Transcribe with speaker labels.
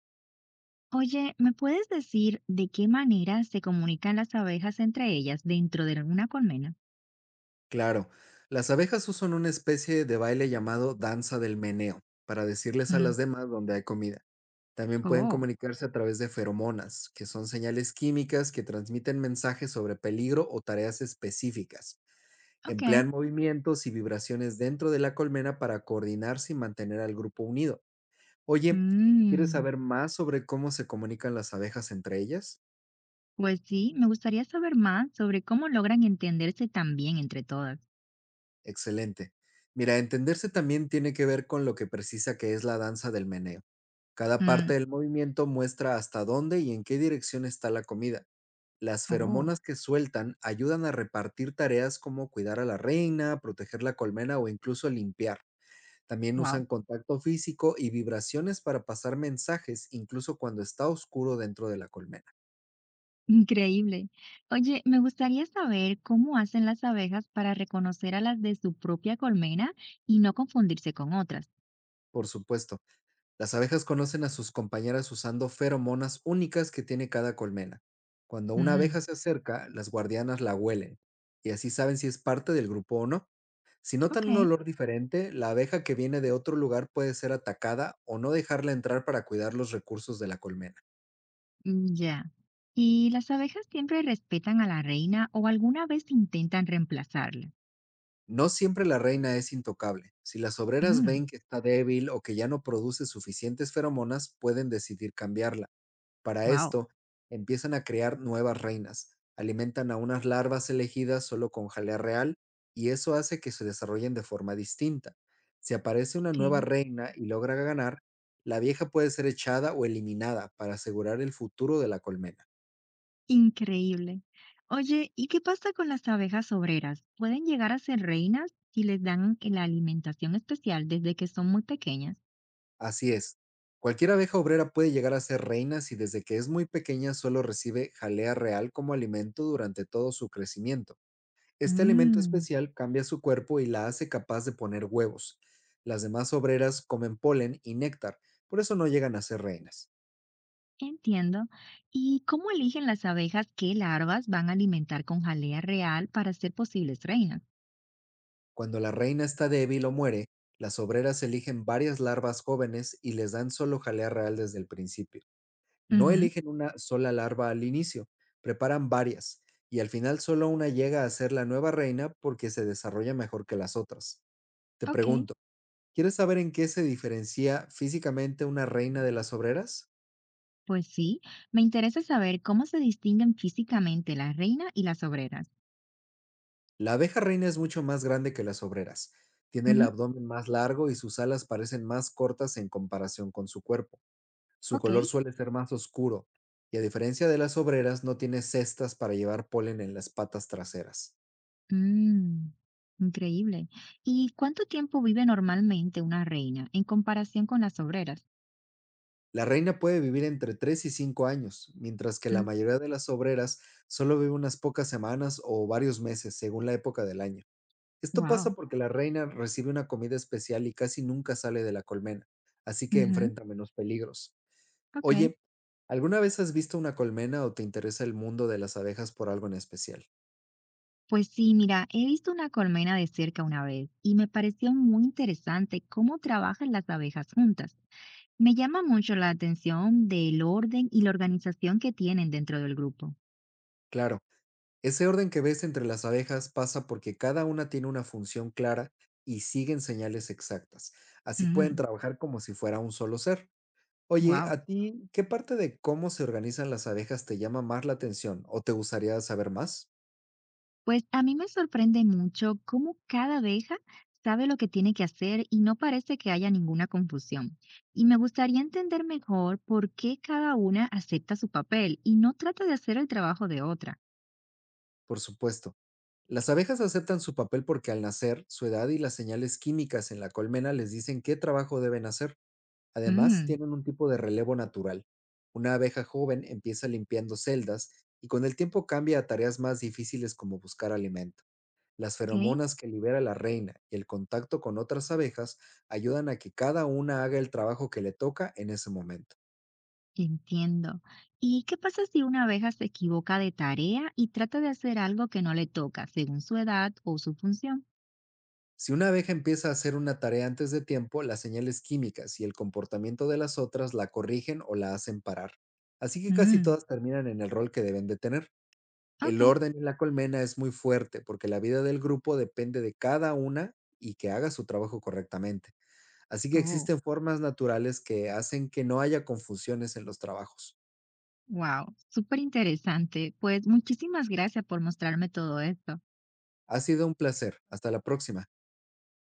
Speaker 1: Oye, ¿me puedes decir de qué manera se comunican las abejas entre ellas dentro de una colmena?
Speaker 2: Claro, las abejas usan una especie de baile llamado danza del meneo para decirles a
Speaker 1: Mm.
Speaker 2: las demás dónde hay comida. También pueden
Speaker 1: Oh,
Speaker 2: comunicarse a través de feromonas, que son señales químicas que transmiten mensajes sobre peligro o tareas específicas.
Speaker 1: ok.
Speaker 2: Emplean movimientos y vibraciones dentro de la colmena para coordinarse y mantener al grupo unido. Oye, ¿quieres
Speaker 1: Mm.
Speaker 2: saber más sobre cómo se comunican las abejas entre ellas?
Speaker 1: Pues sí, me gustaría saber más sobre cómo logran entenderse tan bien entre todas.
Speaker 2: Excelente. Mira, entenderse también tiene que ver con lo que precisa que es la danza del meneo. Cada
Speaker 1: Mm.
Speaker 2: parte del movimiento muestra hasta dónde y en qué dirección está la comida. Las
Speaker 1: Oh,
Speaker 2: feromonas que sueltan ayudan a repartir tareas como cuidar a la reina, proteger la colmena o incluso limpiar. También
Speaker 1: wow.
Speaker 2: usan contacto físico y vibraciones para pasar mensajes, incluso cuando está oscuro dentro de la colmena.
Speaker 1: Increíble. Oye, me gustaría saber cómo hacen las abejas para reconocer a las de su propia colmena y no confundirse con otras.
Speaker 2: Por supuesto. Las abejas conocen a sus compañeras usando feromonas únicas que tiene cada colmena. Cuando una
Speaker 1: Mm.
Speaker 2: abeja se acerca, las guardianas la huelen y así saben si es parte del grupo o no. Si
Speaker 1: Ok.
Speaker 2: notan un olor diferente, la abeja que viene de otro lugar puede ser atacada o no dejarla entrar para cuidar los recursos de la colmena.
Speaker 1: Mm, ya. ¿Y las abejas siempre respetan a la reina o alguna vez intentan reemplazarla?
Speaker 2: No siempre la reina es intocable. Si las obreras
Speaker 1: Mm.
Speaker 2: ven que está débil o que ya no produce suficientes feromonas, pueden decidir cambiarla. Para
Speaker 1: Wow,
Speaker 2: esto, empiezan a crear nuevas reinas, alimentan a unas larvas elegidas solo con jalea real y eso hace que se desarrollen de forma distinta. Si aparece una
Speaker 1: ok.
Speaker 2: nueva reina y logra ganar, la vieja puede ser echada o eliminada para asegurar el futuro de la colmena.
Speaker 1: Increíble. Oye, ¿y qué pasa con las abejas obreras? ¿Pueden llegar a ser reinas si les dan la alimentación especial desde que son muy pequeñas?
Speaker 2: Así es, cualquier abeja obrera puede llegar a ser reina si desde que es muy pequeña solo recibe jalea real como alimento durante todo su crecimiento. Este alimento
Speaker 1: Mm.
Speaker 2: especial cambia su cuerpo y la hace capaz de poner huevos. Las demás obreras comen polen y néctar, por eso no llegan a ser reinas.
Speaker 1: Entiendo. ¿Y cómo eligen las abejas qué larvas van a alimentar con jalea real para ser posibles reinas?
Speaker 2: Cuando la reina está débil o muere, las obreras eligen varias larvas jóvenes y les dan solo jalea real desde el principio. No
Speaker 1: Ujú,
Speaker 2: eligen una sola larva al inicio, preparan varias, y al final solo una llega a ser la nueva reina porque se desarrolla mejor que las otras. Te
Speaker 1: ok.
Speaker 2: pregunto, ¿quieres saber en qué se diferencia físicamente una reina de las obreras?
Speaker 1: Pues sí, me interesa saber cómo se distinguen físicamente la reina y las obreras.
Speaker 2: La abeja reina es mucho más grande que las obreras. Tiene el
Speaker 1: Ujú,
Speaker 2: abdomen más largo y sus alas parecen más cortas en comparación con su cuerpo. Su
Speaker 1: ok.
Speaker 2: color suele ser más oscuro y, a diferencia de las obreras, no tiene cestas para llevar polen en las patas traseras.
Speaker 1: Mm. Increíble. ¿Y cuánto tiempo vive normalmente una reina en comparación con las obreras?
Speaker 2: La reina puede vivir entre 3 y 5 años, mientras que la
Speaker 1: Mm.
Speaker 2: mayoría de las obreras solo vive unas pocas semanas o varios meses, según la época del año. Esto
Speaker 1: Wow.
Speaker 2: pasa porque la reina recibe una comida especial y casi nunca sale de la colmena, así que
Speaker 1: Ujú,
Speaker 2: enfrenta menos peligros.
Speaker 1: ok.
Speaker 2: Oye, ¿alguna vez has visto una colmena o te interesa el mundo de las abejas por algo en especial?
Speaker 1: Pues sí, mira, he visto una colmena de cerca una vez y me pareció muy interesante cómo trabajan las abejas juntas. Me llama mucho la atención del orden y la organización que tienen dentro del grupo.
Speaker 2: Claro, ese orden que ves entre las abejas pasa porque cada una tiene una función clara y siguen señales exactas. Así pueden trabajar como si fuera un solo ser. Oye,
Speaker 1: Wow.
Speaker 2: ¿a ti qué parte de cómo se organizan las abejas te llama más la atención o te gustaría saber más?
Speaker 1: Pues a mí me sorprende mucho cómo cada abeja sabe lo que tiene que hacer y no parece que haya ninguna confusión. Y me gustaría entender mejor por qué cada una acepta su papel y no trata de hacer el trabajo de otra.
Speaker 2: Por supuesto. Las abejas aceptan su papel porque, al nacer, su edad y las señales químicas en la colmena les dicen qué trabajo deben hacer. Además,
Speaker 1: Mm.
Speaker 2: tienen un tipo de relevo natural. Una abeja joven empieza limpiando celdas y con el tiempo cambia a tareas más difíciles como buscar alimento. Las
Speaker 1: Ok,
Speaker 2: feromonas que libera la reina y el contacto con otras abejas ayudan a que cada una haga el trabajo que le toca en ese momento.
Speaker 1: entiendo. ¿Y qué pasa si una abeja se equivoca de tarea y trata de hacer algo que no le toca según su edad o su función?
Speaker 2: Si una abeja empieza a hacer una tarea antes de tiempo, las señales químicas y el comportamiento de las otras la corrigen o la hacen parar. Así que casi
Speaker 1: Mm.
Speaker 2: todas terminan en el rol que deben de tener.
Speaker 1: Ok.
Speaker 2: El orden en la colmena es muy fuerte porque la vida del grupo depende de cada una y que haga su trabajo correctamente. Así que
Speaker 1: Oh,
Speaker 2: existen formas naturales que hacen que no haya confusiones en los trabajos.
Speaker 1: wow, súper interesante. Pues muchísimas gracias por mostrarme todo esto.
Speaker 2: Ha sido un placer. Hasta la próxima.